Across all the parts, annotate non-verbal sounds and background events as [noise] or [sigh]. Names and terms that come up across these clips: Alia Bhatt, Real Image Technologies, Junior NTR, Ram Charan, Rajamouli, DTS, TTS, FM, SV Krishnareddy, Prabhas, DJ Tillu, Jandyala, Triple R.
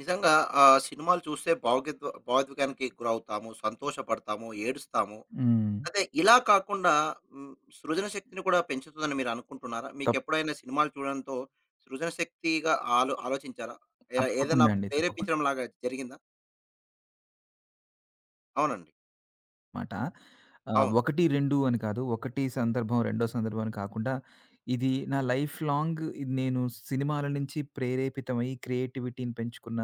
నిజంగా ఆ సినిమాలు చూస్తే భావోద్వేగానికి గురవుతాము, సంతోషపడతాము, ఏడుస్తాము. హ్మ్. అదే ఇలా కాకుండా సృజన శక్తిని కూడా పెంచుతుందని మీరు అనుకుంటున్నారా? తప్ మీకెప్పుడైనా సినిమాలు చూడడంతో సృజన శక్తిగా ఆలోచించారా? ఏదైనా తప్పకుండా అండి. తప్పకుండా ప్రేరేపించడం లాగా జరిగిందా? అవునండి. మాట. అవును. 1, 2 అని కాదు. 1 సందర్భం, రెండో సందర్భం అని కాకుండా ఇది నా లైఫ్ లాంగ్ నేను సినిమాల నుంచి ప్రేరేపితమై క్రియేటివిటీని పెంచుకున్న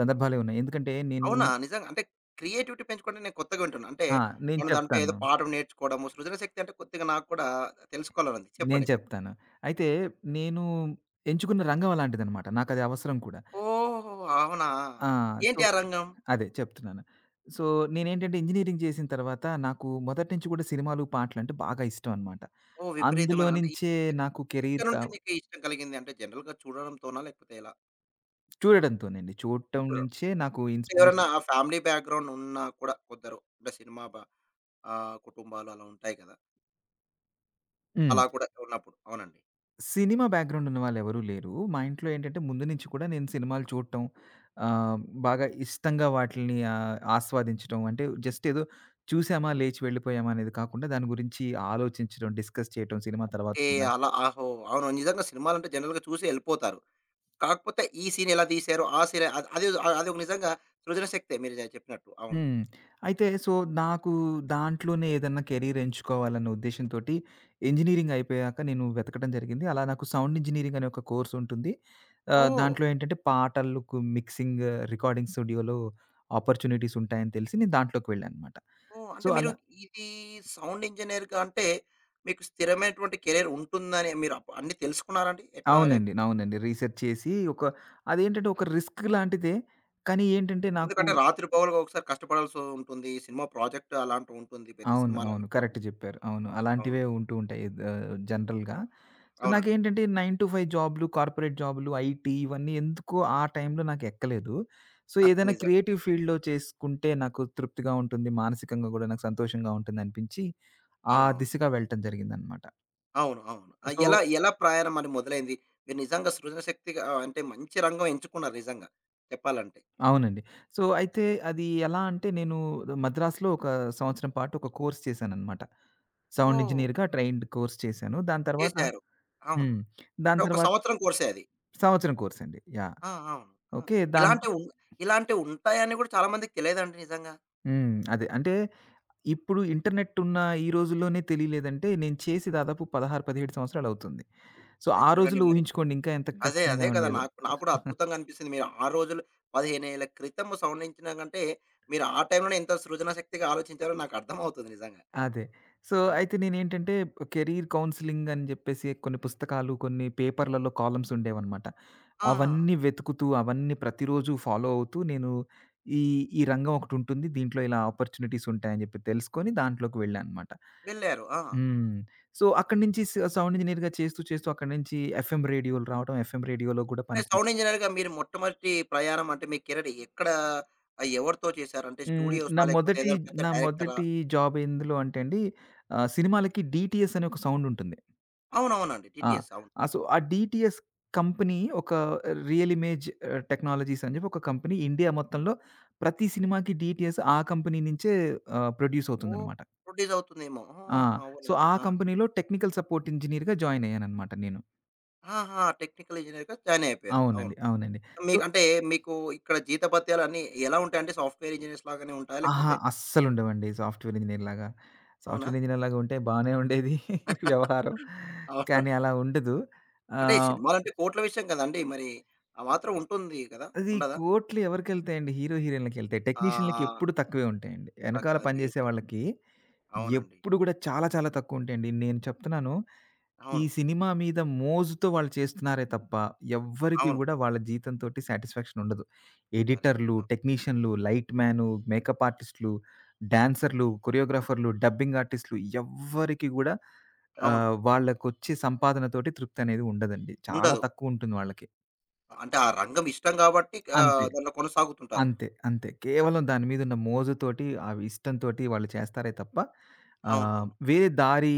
సందర్భాలే ఉన్నాయి. ఎందుకంటే నేను అవునా? నిజంగా అంటే క్రియేటివిటీ పెంచుకోవడం నేను కొత్తగా వింటున్నా. అంటే ఆ! నేను మనం దాంట్లో ఏదో చెప్తాను. పాఠం నేర్చుకోవడము, సృజన శక్తి అంటే కొద్దిగా నాకు కూడా తెలుసుకోవాలని ఉంది. నేను చెప్పండి. చెప్పండి. చెప్తాను. అయితే నేను ఎంచుకున్న రంగం అలాంటిదనమాట. నాకది అవసరం కూడా. ఓహో! అవునా? ఆ! సో, ఏంటి ఆ రంగం? అదే చెప్తున్నాను. సో, నేనేంటంటే ఇంజినీరింగ్ చేసిన తర్వాత నాకు మొదటి నుంచి కూడా సినిమాలు, పాటలంటే బాగా ఇష్టం అనమాట. ఓహ్! అందులో విపరీతమైన అంటే నుంచే నాకు కెరీర్ ఎక్కడి కా నుండి మీకు ఇష్టం కలిగింది? అంటే జనరల్‌గా చూడడంతోనా? లేకపోతే ఎలా? చూడడంతోనండి. చూడటం చూడడం. నుంచే నాకు ఎవరన్నా ఇన్‌స్పిరేషన్. ఫ్యామిలీ బ్యాక్‌గ్రౌండ్ ఉన్నా కూడా కొందరు అంటే కుటుంబాలు అలా ఉంటాయి కదా! హ్మ్. అలా కూడా ఉన్నప్పుడు అవునండి. సినిమా బ్యాక్‌గ్రౌండ్ ఉన్నవాళ్ళు ఎవరూ లేరు. మా ఇంట్లో ఏంటంటే ముందు నుంచి కూడా నేను సినిమాలు చూడటం, ఆహ్, బాగా ఇష్టంగా వాటిల్ని ఆస్వాదించటం అంటే జస్ట్ ఏదో చూసామా, లేచి వెళ్ళిపోయామా అనేది కాకుండా దాని గురించి ఆలోచించడం, డిస్కస్ చేయటం సినిమా తర్వాత ఏ కూడా. అలా ఆహో! అవును. నిజంగా సినిమాలంటే జనరల్‌గా చూసి ఎళ్ళిపోతారు. కాకపోతే ఈ సీన్ ఎలా తీశారు? ఆ సీన్ అది అది అది ఒక నిజంగా సృజన శక్తే మీరు చెప్పినట్టు. అవును. హ్మ్. అయితే సో, నాకు దాంట్లోనే ఏదన్నా కెరీర్ ఎంచుకోవాలన్న ఉద్దేశ్యంతోటి ఇంజినీరింగ్ అయిపోయాక నేను వెతకడం జరిగింది. అలా నాకు సౌండ్ ఇంజినీరింగ్ అనే ఒక కోర్స్ ఉంటుంది. ఓహ్! దాంట్లో ఏంటంటే పాటలకు మిక్సింగ్, రికార్డింగ్ స్టూడియోలో ఆపర్చునిటీస్ ఉంటాయని తెలిసి నేను దాంట్లోకి వెళ్ళాననమాట. ఓహ్! సో, అంటే మీరు అలా ఇది సౌండ్ ఇంజినీర్‌గా అంటే మీకు స్థిరమైనటువంటి కెరీర్ ఉంటుందని మీరు అన్నీ తెలుసుకున్నారండి? ఎట్లా లైక్. అవునండి. అవునండి. రీసెర్చ్ చేసి ఒక అదేంటంటే ఒక రిస్క్ లాంటిదే. కానీ ఏంటంటే నాకు ఎందుకంటే రాత్రి పగలుగా ఒకసారి కష్టపడాల్సి ఉంటుంది. సినిమా ప్రాజెక్ట్ అలాంటివి ఉంటుంది. పెద్ద అవును. సినిమాలు అవును. కరెక్ట్ అనుకున్నప్పుడు. చెప్పారు. అవును. అవును. అలాంటివే ఉంటూ ఉంటాయి. జనరల్‌గా. సో, అవునండి. నాకేంటంటే 9-5 జాబ్‌లు, కార్పొరేట్ జాబ్‌లు, ఐటీ ఇవన్నీ ఎందుకో ఆ టైంలో నాకెక్కలేదు. సో, [laughs] ఏదైనా నిజం. క్రియేటివ్ ఫీల్డ్‌లో చేసుకుంటే నాకు తృప్తిగా ఉంటుంది. మానసికంగా గూడా నాకు సంతోషంగా ఉంటుందనిపించి, ఆ అవునవును. దిశగా వెళ్ళటం జరిగిందనమాట. అవును. అవును. సో ఎలా ఎలా ప్రయాణం మరి మొదలైంది? మీరు నిజంగా సృజన శక్తిగా అంటే మంచి రంగం ఎంచుకున్నారు నిజంగా చెప్పాలంటే. అవునండి. సో, అయితే అది ఎలా అంటే నేను మద్రాసులో ఒక సంవత్సరం పాటు ఒక కోర్స్ చేశాననమాట. సౌండ్ ఓహ్! ఇంజినీర్‌గా ట్రైన్డ్ కోర్స్ చేశాను. దాని తర్వాత చేశారు. అవును. హ్మ్. దాని అంటే ఒక తర్వాత సంవత్సరం కోర్సే అది. సంవత్సరం కోర్స్ అండి. యాహ్! ఆ! అవును. ఆ! ఓకే. దాన్ ఇలాంటివి ఉన్ ఇలాంటివి ఉంటాయని కూడా చాలా మందికి తెలియదండి నిజంగా. హ్మ్. అదే. అంటే ఇప్పుడు ఇంటర్నెట్ ఉన్న ఈ రోజుల్లోనే తెలియలేదంటే, నేను చేసి దాదాపు 16, 17 సంవత్సరాలవుతుంది. సో, అరే! ఆ చూడండి రోజుల్లో మరి. ఊహించుకోండి ఇంకా ఎంత అదే. కష్టంగా అదే కదా! ఉండేదో. నాకు నాకు కూడా అద్భుతంగా అనిపిస్తుంది. మీరు ఆ రోజులు 15 ఏళ్ల క్రితం సండించిన కంటే, మీరు ఆ టైంలోనే ఎంత సృజన శక్తిగా ఆలోచించారో నాకు అర్థమవుతుంది నిజంగా. అదే. సో, అవును. అయితే నేనేంటంటే కెరీర్ కౌన్సెలింగ్ అని జెప్పేసి కొన్ని పుస్తకాలు, కొన్ని పేపర్‌లలో కాలమ్స్ ఉండేవనమాట. ఆ! ఆ! అవన్నీ వెతుకుతూ, అవన్నీ ప్రతిరోజు ఫాలో అవుతూ నేను ఈ ఈ రంగం ఒకటుంటుంది. దీంట్లో ఇలా ఆపర్చునిటీస్ ఉంటాయని జెప్పి తెలుసుకొని దాంట్లోకి వెళ్ళాననమాట. వెళ్లారు. ఆ! హ్మ్. సో, అక్కడి నుంచి స సౌండ్ ఇంజినీర్‌గా చేస్తూ, చేస్తూ అక్కడి నుంచి ఎఫ్ఎం రేడియోలు రావడం, ఎఫ్ఎం రేడియోలో గూడా అంటే పని. సౌండ్ ఇంజినీర్‌గా మీరు మొట్టమొదటి ప్రయాణం అంటే మీ కెరీర్ ఎక్కడ, ఎవరితో చేశారు? అంటే హ్మ్. నా స్టూడియోసా? లేకపోతే మొదటి ఏదైనా పెద్ద నా డైరెక్టరా? మొదటి జాబ్ ఎందులో అంటే అండి, సినిమాలకి డీటీఎస్ అనే ఒక సౌండ్ ఉంటుంది. అవునవునండి. ఆ! టీటీఎస్ అవును. ఆ! సో, ఆ డీటీఎస్ కంపెనీ ఒక రియల్ ఇమేజ్ టెక్నాలజీస్ అని చెప్పి ఒక కంపెనీ ఇండియా మొత్తంలో ప్రతి సినిమాకి డీటీఎస్ ఆ కంపెనీ నుంచే ప్రొడ్యూస్ ఓహ్! అవుతుందనమాట. ప్రొడ్యూస్ అవుతుందేమో. ఆ! ఆహాహా! సో, అవునా! ఆ ఆ! కంపెనీలో టెక్నికల్ సపోర్ట్ ఇంజినీర్‌గా జాయిన్ అయ్యాననమాట నేను. ఆహా! టెక్నికల్ ఇంజినీర్‌గా జాయిన్ అయిపోయారు. అవును. అవునండి. అవునండి. సో మీకంటే మీకు ఇక్కడ జీతభత్యాలు అన్నీ ఎలా ఉంటాయంటే సాఫ్ట్‌వేర్ ఇంజినీర్స్ లాగానే ఉంటాయా? అహా! లేకపోతే అస్సలుండవండి సాఫ్ట్‌వేర్ ఇంజినీర్‌లాగా. అవునా? సాఫ్ట్‌వేర్ ఇంజినీర్‌లాగా ఉంటే బానే ఉండేది [laughs] వ్యవహారం. కానీ అవును. అలా ఉండదు. అంటే ఆహ్, సినిమాలంటే కోట్ల విషయం కదండీ! మరి ఆ మాత్రం ఉంటుంది కదా! అది ఉండదా? కోట్లు ఎవరికెళ్తాయండి? హీరో, హీరోయిన్‌లకెళ్తాయి. టెక్నీషియన్‌లకి ఆ! ఎప్పుడు తక్కువే ఉంటాయండి. ఎనకాల అది మీరు పనిజేసే వాళ్ళకి అవునండి. ఎప్పుడు గూడా చాలా చాలా తక్కువ ఉంటాయండి. నేను చెప్తున్నాను ఈ అవును. సినిమా మీద మోజుతో వాళ్ళు చేస్తున్నారే తప్ప, ఎవ్వరికీ అవును. గూడా వాళ్ళ జీతంతోటి సాటిస్ఫాక్షన్ ఉండదు. అరె! ఎడిటర్‌లు, టెక్నీషియన్‌లు, లైట్ మ్యాను, మేకప్ ఆర్టిస్ట్‌లు, డాన్సర్‌లు, కొరియోగ్రాఫర్‌లు, డబ్బింగ్ ఆర్టిస్ట్‌లు ఎవ్వరికీ గూడా అవును. వాళ్ళకొచ్చే సంపాదనతోటి తృప్తనేది ఉండదండి. చాలా ఉండదు. తక్కువుంటుంది వాళ్ళకి. అంటే ఆ రంగం ఇష్టం కాబట్టి అంతే. దాంట్లో కొనసాగుతుంటారు. అంతే. అంతే. కేవలం దాని మీదున్న మోజుతోటి, ఆ ఇష్టంతోటి వాళ్ళు చేస్తారే తప్ప, అవునవును. వేరే దారి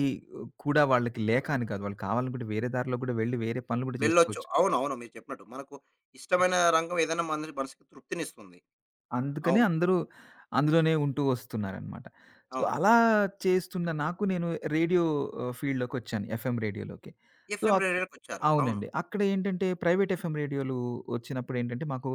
కూడా వాళ్ళకి లేక అని కాదు. వాళ్ళు కావాలనుకుంటే వేరే దారిలో కూడా వెళ్లి వేరే పనులు కూడా వెళ్ళొచ్చు. చేసుకోవచ్చు. అవునవును. మీరు చెప్పినట్టు. మనకు ఇష్టమైన రంగం ఏదైనా మన మనసుకి తృప్తినిస్తుంది. అందుకని అవును. అందరూ అందులోనే ఉంటూ వస్తున్నారనమాట. సో, అవును. అలా చేస్తున్న నాకు నేను రేడియో ఫీల్డ్‌లోకొచ్చాను. ఎఫ్ఎం రేడియోలోకి. సో, ఎఫ్ఎం అక్ రేడియోలకొచ్చారు. అవును. అవునండి. అక్కడ ఏంటంటే ప్రైవేట్ ఎఫ్ఎం రేడియోలు వచ్చినప్పుడేంటంటే మాకు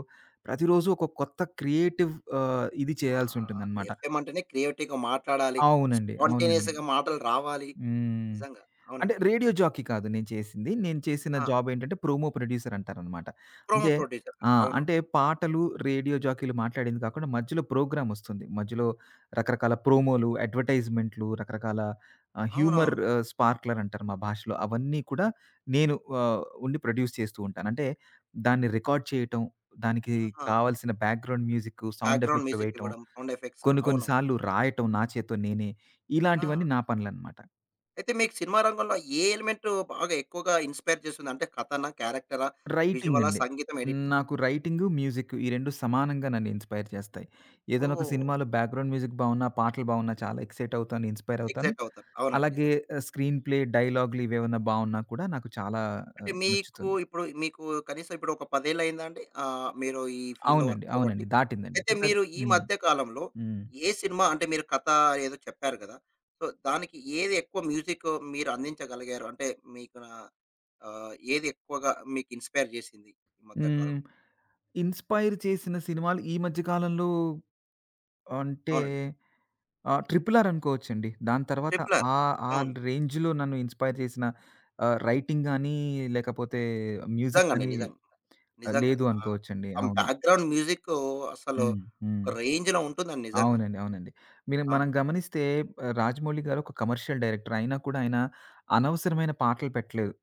ప్రతిరోజు ఒక కొత్త క్రియేటివ్ ఇది ఆ! చేయాల్సి ఉంటుందనమాట. ఎఫ్ఎం అంటేనే క్రియేటివ్‌గా మాట్లాడాలి. అవునండి. అవునండి. స్పాంటేనియస్‌గా మాటలు రావాలి. హ్మ్. నిజంగా. అంటే అవునండి. రేడియో జాకీ కాదు నేను చేసింది. నేను చేసిన ఆ! జాబ్ ఏంటంటే ప్రోమో ప్రొడ్యూసర్ అంటారనమాట. ప్రోమో అంటే ప్రొడ్యూసర్. ఆ! అవునవును. అంటే పాటలు, రేడియో జాకీలు మాట్లాడింది కాకుండా మధ్యలో ప్రోగ్రామ్ వస్తుంది. మధ్యలో రకరకాల ప్రోమోలు, అడ్వర్టైజ్‌మెంట్లు, రకరకాల హ్యూమర్ అవునవును. స్పార్క్లర్ అంటారు మా భాషలో. అవన్నీ కూడా నేను ఉండి ప్రొడ్యూస్ చేస్తూ ఉంటాను. అంటే దాన్ని రికార్డ్ చేయటం, దానికి ఆహా! కావాల్సిన బ్యాక్‌గ్రౌండ్ మ్యూజిక్, సౌండ్ బ్యాక్‌గ్రౌండ్ ఎఫెక్ట్‌లు మ్యూజిక్ వేయటం, ఇవ్వడం, సౌండ్ ఎఫెక్ట్స్ కొన్ని కొన్ని అవునవును. సార్లు రాయటం నా చేత్తో నేనే. ఆ! ఇలాంటివన్నీ నా పనులనమాట. అయితే మీకు సినిమా రంగంలో ఏ ఎలిమెంట్ బాగా ఎక్కువగా ఇన్‌స్పైర్ చేస్తుంది? అంటే కథనా? క్యారెక్టరా? విజువలా? రైటింగండి. సంగీతం? ఎడిటింగ్? నాకు రైటింగు, మ్యూజిక్కు ఈ 2 సమానంగా నన్ను ఇన్‌స్పైర్ చేస్తాయి. ఏదైనా ఒక ఓహ్! సినిమాలో బ్యాక్‌గ్రౌండ్ మ్యూజిక్ బావున్నా, పాటలు బావున్నా చాలా ఎక్సైట్ అవుతాను, ఇన్‌స్పైర్ అవుతాను. ఎక్సైట్ అవుతారు. అవునండి. అలాగే నిజంగా. స్క్రీన్ ప్లే, డైలాగులు ఇవేమన్నా బావున్నా కూడా నాకు చాలా అంటే మీకు నచ్చుతుంది. ఇప్పుడు మీకు కనీసం ఇప్పుడు ఒక 10 ఏళ్ళు అయిందా అండి? మీరు ఈ ఫీల్డ్‌లో వర్క్ అవునండి. చేయబట్టి. అవునండి. దాటిందండి. అయితే చెప్పాగా మీరు ఈ హ్మ్. మధ్య కాలంలో హ్మ్. ఏ సినిమా అంటే మీరు కథ ఏదో చెప్పారు కదా! సో, దానికి ఏది ఎక్కువ మ్యూజిక్ మీరు అందించగలిగారు? అంటే మీకు ఏది ఎక్కువగా మీకు ఇన్‌స్పైర్ జేసింది ఈ మధ్య హ్మ్. కాలంలో? ఇన్‌స్పైర్ చేసిన సినిమాలు ఈ మధ్య కాలంలో అంటే అవునండి. ఆ! 'ట్రిపుల్ ఆర్' అనుకోవచ్చండి. దాని తర్వాత 'ట్రిపుల్ ఆర్.' ఆ ఆ అవును. రేంజ్‌లో నన్ను ఇన్‌స్పైర్ చేసిన రైటింగ్ గాని, లేకపోతే మ్యూజిక్ నిజంగండి. గాని నిజంగా. నిజంగా. లేదు ఆ! అనుకోవచ్చండి. ఆ అవును. బ్యాక్‌గ్రౌండ్ మ్యూజిక్కు అసలు హ్మ్. హ్మ్. ఒక రేంజ్‌లో ఉంటుందండి నిజంగా. అవునండి. అవునండి. మీరు మనం అవును. గమనిస్తే 'రాజమౌళి' గారు ఒక కమర్షియల్ డైరెక్టర్. అయినా కూడా ఆయన అనవసరమైన పాటలు పెట్టలేదు.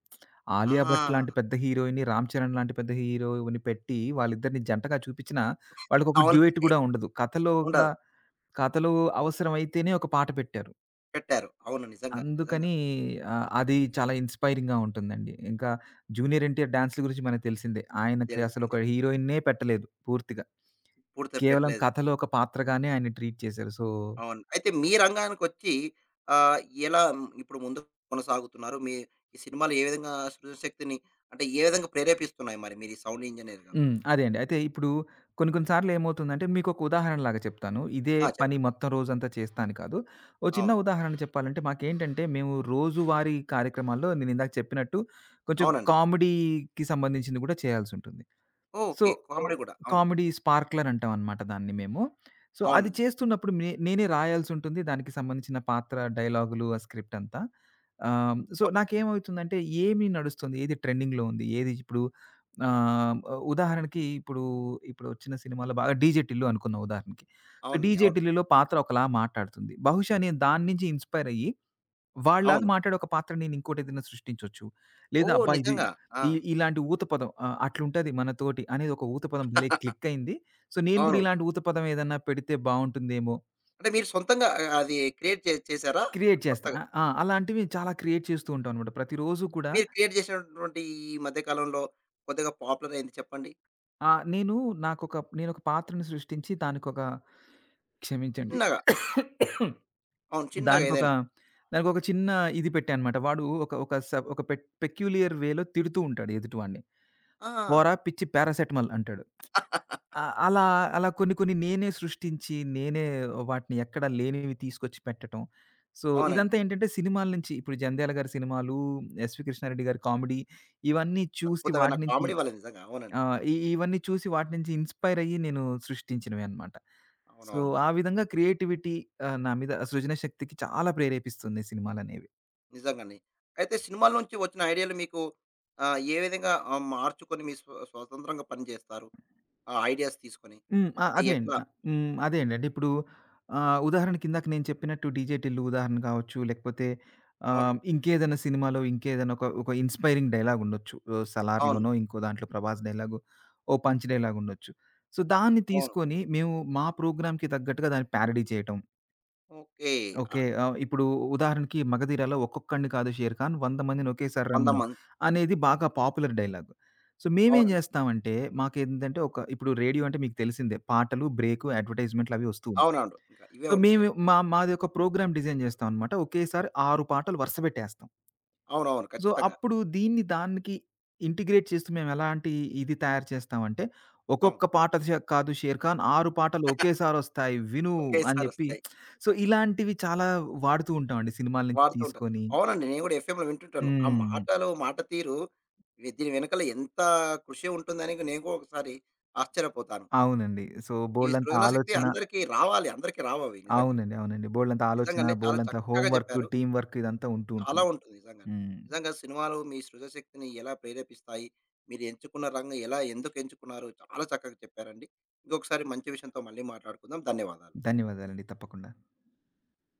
'ఆలియా భట్' ఆ! లాంటి పెద్ద హీరోయిన్‌ని, 'రామ్ చరణ్' లాంటి పెద్ద హీరోని పెట్టి వాళ్ళిద్దరిని జంటగా చూపించినా వాళ్ళకొక డ్యూయెట్ అవునండి. గూడా ఉండదు. కథలోగా ఉండదు. కథలో అవసరమైతేనే ఒక పాట పెట్టారు. పెట్టారు. అవును. నిజంగా. నిజంగా. అందుకని అది చాలా ఇన్‌స్పైరింగ్‌గా ఉంటుందండి. ఇంకా 'జూనియర్ ఎన్టీఆర్' డాన్స్‌ల గురించి మనకు తెలిసిందే. ఆయనకి తెలిసిందే. అసలొక హీరోయిన్‌నే పెట్టలేదు పూర్తిగా. పూర్తి కేవలం పెట్టలేదు. కథలో ఒక పాత్రగానే ఆయన్ని ట్రీట్ చేశారు. సో అవును. అయితే మీ రంగానికొచ్చి ఆహ్, ఎలా ఇప్పుడు ముందుకు కొనసాగుతున్నారు? మీ ఈ సినిమాలు ఏ విధంగా సృజన శక్తిని అంటే ఏ విధంగా ప్రేరేపిస్తున్నాయి మరి మీరు ఈ సౌండ్ ఇంజినీర్‌గా మీకు? హ్మ్. అదే అండి. అయితే ఇప్పుడు కొన్ని కొన్ని సార్లు ఏమవుతుందంటే మీకొక ఉదాహరణలాగా చెప్తాను. ఇదే ఆ! పని చెప్పండి. మొత్తం రోజంతా చేస్తా అని కాదు. ఓ చిన్న అవును. ఉదాహరణ చెప్పాలంటే మాకేంటంటే మేము రోజువారీ కార్యక్రమాల్లో నేనిందాక చెప్పినట్టు కొంచెం అవునండి. కామెడీకి సంబంధించింది కూడా చేయాల్సుంటుంది. So, okay. కామెడీ ఓహ్, గూడా. అవును. కామెడీ స్పార్క్‌లర్ అంటామనమాట దాన్ని మేము. సో, అది అవునండి. చేస్తున్నప్పుడు మే నేనే రాయాల్సుంటుంది. దానికి సంబంధించిన పాత్ర, డైలాగులు, ఆ స్క్రిప్ట్ అంతా. సో, అవ్ నాకేమవుతుందంటే ఏమి నడుస్తుంది? ఏది ట్రెండింగ్‌లో ఉంది? ఏది ఇప్పుడు ఆహ్, ఉదాహరణకి ఇప్పుడు వచ్చిన సినిమాలో బాగా 'డీజే టిల్లు' అనుకుందాం ఉదాహరణకి. సో, అవునండి. 'డీజే అవును. టిల్లులో' పాత్ర ఒకలా మాట్లాడుతుంది. బహుశా నేను దాని నుంచి ఇన్‌స్పైర్ అయ్యి వాళ్ళలాగా అవును. మాట్లాడే ఒక పాత్ర నేను ఇంకోటేదైనా సృష్టించొచ్చు. లేదా ఓహ్! అబ్బా! ఇది నిజంగా. ఆ! ఈ ఇలాంటి ఊత పదం అట్లుంటది మనతోటి అనేది ఒక ఊత పదం భలే క్లిక్కయింది. సో, నేను గూడా అవును. ఇలాంటి ఊత పదం ఏదన్నా పెడితే బావుంటుందేమో అంటే మీరు సొంతంగా అది క్రియేట్ చేసారా? క్రియేట్ చేస్తా. కొత్తగా. ఆ! ఆ! అలాంటివి చాలా క్రియేట్ చేస్తూ ఉంటానన్నమాట. ప్రతిరోజు కూడా మీరు క్రియేట్ చేసినటువంటి ఈ మధ్య కాలంలో కొద్దిగా పాపులర్ అయింది చెప్పండి? నేను నేనొక పాత్రను సృష్టించి దానికొక క్షమించండి. చిన్నగా. [coughs] అవును. చిన్నగా దానికొక ఏదైనా. దానికొక చిన్న ఇది పెట్టానన్నమాట. వాడు ఒక ఒక స ఒక పె పెక్యులియర్ వేలో తిడుతూ ఉంటాడు ఎదుటివాడిని. ఆ! "పోరా పిచ్చి పారాసెటమాల్" అంటాడు. [laughs] ఆ! అలా, అలా కొన్ని కొన్ని నేనే సృష్టించి, నేనే వాటిని ఎక్కడ లేనివి తీసుకొచ్చి పెట్టటం. సో, అవునండి. ఇదంతా ఏంటంటే సినిమాల నుంచి ఇప్పుడు 'జంధ్యాల' గారి సినిమాలు, ఎస్వి కృష్ణారెడ్డి గారి కామెడీ ఇవన్నీ చూసి అద్భుతమైన వాటి నుంచి కామెడీ వాళ్ళది నిజంగా. అవునండి. ఆహ్, ఇ ఇవన్నీ చూసి వాటి నుంచి ఇన్‌స్పైర్ అయ్యి నేను సృష్టించినవే అనమాట. సో, అవునవును. ఆ విధంగా క్రియేటివిటీ నా మీద సృజన శక్తికి చాలా ప్రేరేపిస్తుంది సినిమాలనేవి. నిజంగానే. అయితే సినిమాల నుంచి వచ్చిన ఐడియాలు మీకు ఏ విధంగా మార్చుకొని మీ స్వతంత్రంగా పని జేస్తారు? ఆ ఐడియాస్ తీసుకొని? హ్మ్. ఆ! అంటే అదే అండి. ఎట్లా? హ్మ్. అదే అండి. అంటే ఇప్పుడు ఉదాహరణకి ఇందాక నేను చెప్పినట్టు 'డీజే టిల్లు' ఉదాహరణ కావచ్చు. లేకపోతే అవునండి. ఇంకేదైనా సినిమాలో ఇంకేదైనా ఒక ఇన్‌స్పైరింగ్ డైలాగ్ ఉండొచ్చు. అవును. 'సలార్‌లోనో' ఇంకో దాంట్లో 'ప్రభాస్' డైలాగు, ఓ పంచ్ డైలాగ్ ఉండొచ్చు. సో, దాన్ని అవును. తీసుకొని మేము మా ప్రోగ్రామ్‌కి తగ్గట్టుగా దాన్ని ప్యారడీ చేయటం. ఓకే. ఓకే. ఆహ్, ఇప్పుడు ఉదాహరణకి 'మగధీర'లో 'ఒక్కొక్కడిని కాదు షేర్ఖాన్ 100 మందిని ఒకేసారి 100 రమ్మను' మంది అనేది బాగా పాపులర్ డైలాగ్. సో, మేమేం అవునండి. జేస్తామంటే మాకేందంటే ఒక ఇప్పుడు రేడియో అంటే మీకు తెలిసిందే. పాటలు, బ్రేకు, అడ్వర్‌టైజ్‌మెంట్లు అవి వస్తూ ఉంటాయి. అవునవును. ఇంకా ఇవే సో, ఉంటాయా? మేము మా మాది ఒక ప్రోగ్రామ్ డిజైన్ జేస్తామనమాట. ఒకేసారి 6 పాటలు వరుస బెట్టేస్తాం. అవునవును. సో, ఖచ్చితంగా. అప్పుడు దీన్ని దానికి ఇంటిగ్రేట్ చేస్తూ మేమెలాంటి ఇది తయారు చేస్తామంటే, అవును. ఒక్కొక్క పాట ష కాదు షేర్ఖాన్ 6 పాటలు ఒకేసారొస్తాయి విను అని ఒకేసారి జెప్పి వస్తాయి. సో, ఇలాంటివి చాలా వాడుతూ ఉంటామండి సినిమాల నుంచి వాడుతూ ఉంటారు. తీసుకొని. అవునండి. నేను కూడా ఎఫ్ఎంలో వింటుంటాను. ఆ హ్మ్. మాటలు, మాట తీరు దీని వెనకాల ఎంత కృషి ఉంటుందని నేను కూడా ఒకసారి ఆశ్చర్యపోతాను. అవునండి. సో, ఈ బోలెడంత సృజన శక్తి ఆలోచన అందరికీ రావాలి. అందరికీ రావవి నిజంగా. అవునండి. అవునండి. బోలెడంత ఆలోచన, నిజంగానే చాలా బోలెడంత చక్కగా హోమ్ వర్క్, చెప్పారు. టీమ్ వర్క్ ఇదంతా ఉంటూ చాలా ఉంటుంది. ఉంటుంది నిజంగానే. హ్మ్. నిజంగా సినిమాలు మీ సృజశక్తిని ఎలా ప్రేరేపిస్తాయి? మీరు ఎంచుకున్న రంగం ఎలా, ఎందుకు ఎంచుకున్నారు? చాలా చక్కగా చెప్పారండి. ఇంకొకసారి మంచి విషయంతో మళ్ళీ మాట్లాడుకుందాం. ధన్యవాదాలు. ధన్యవాదాలండి. తప్పకుండా.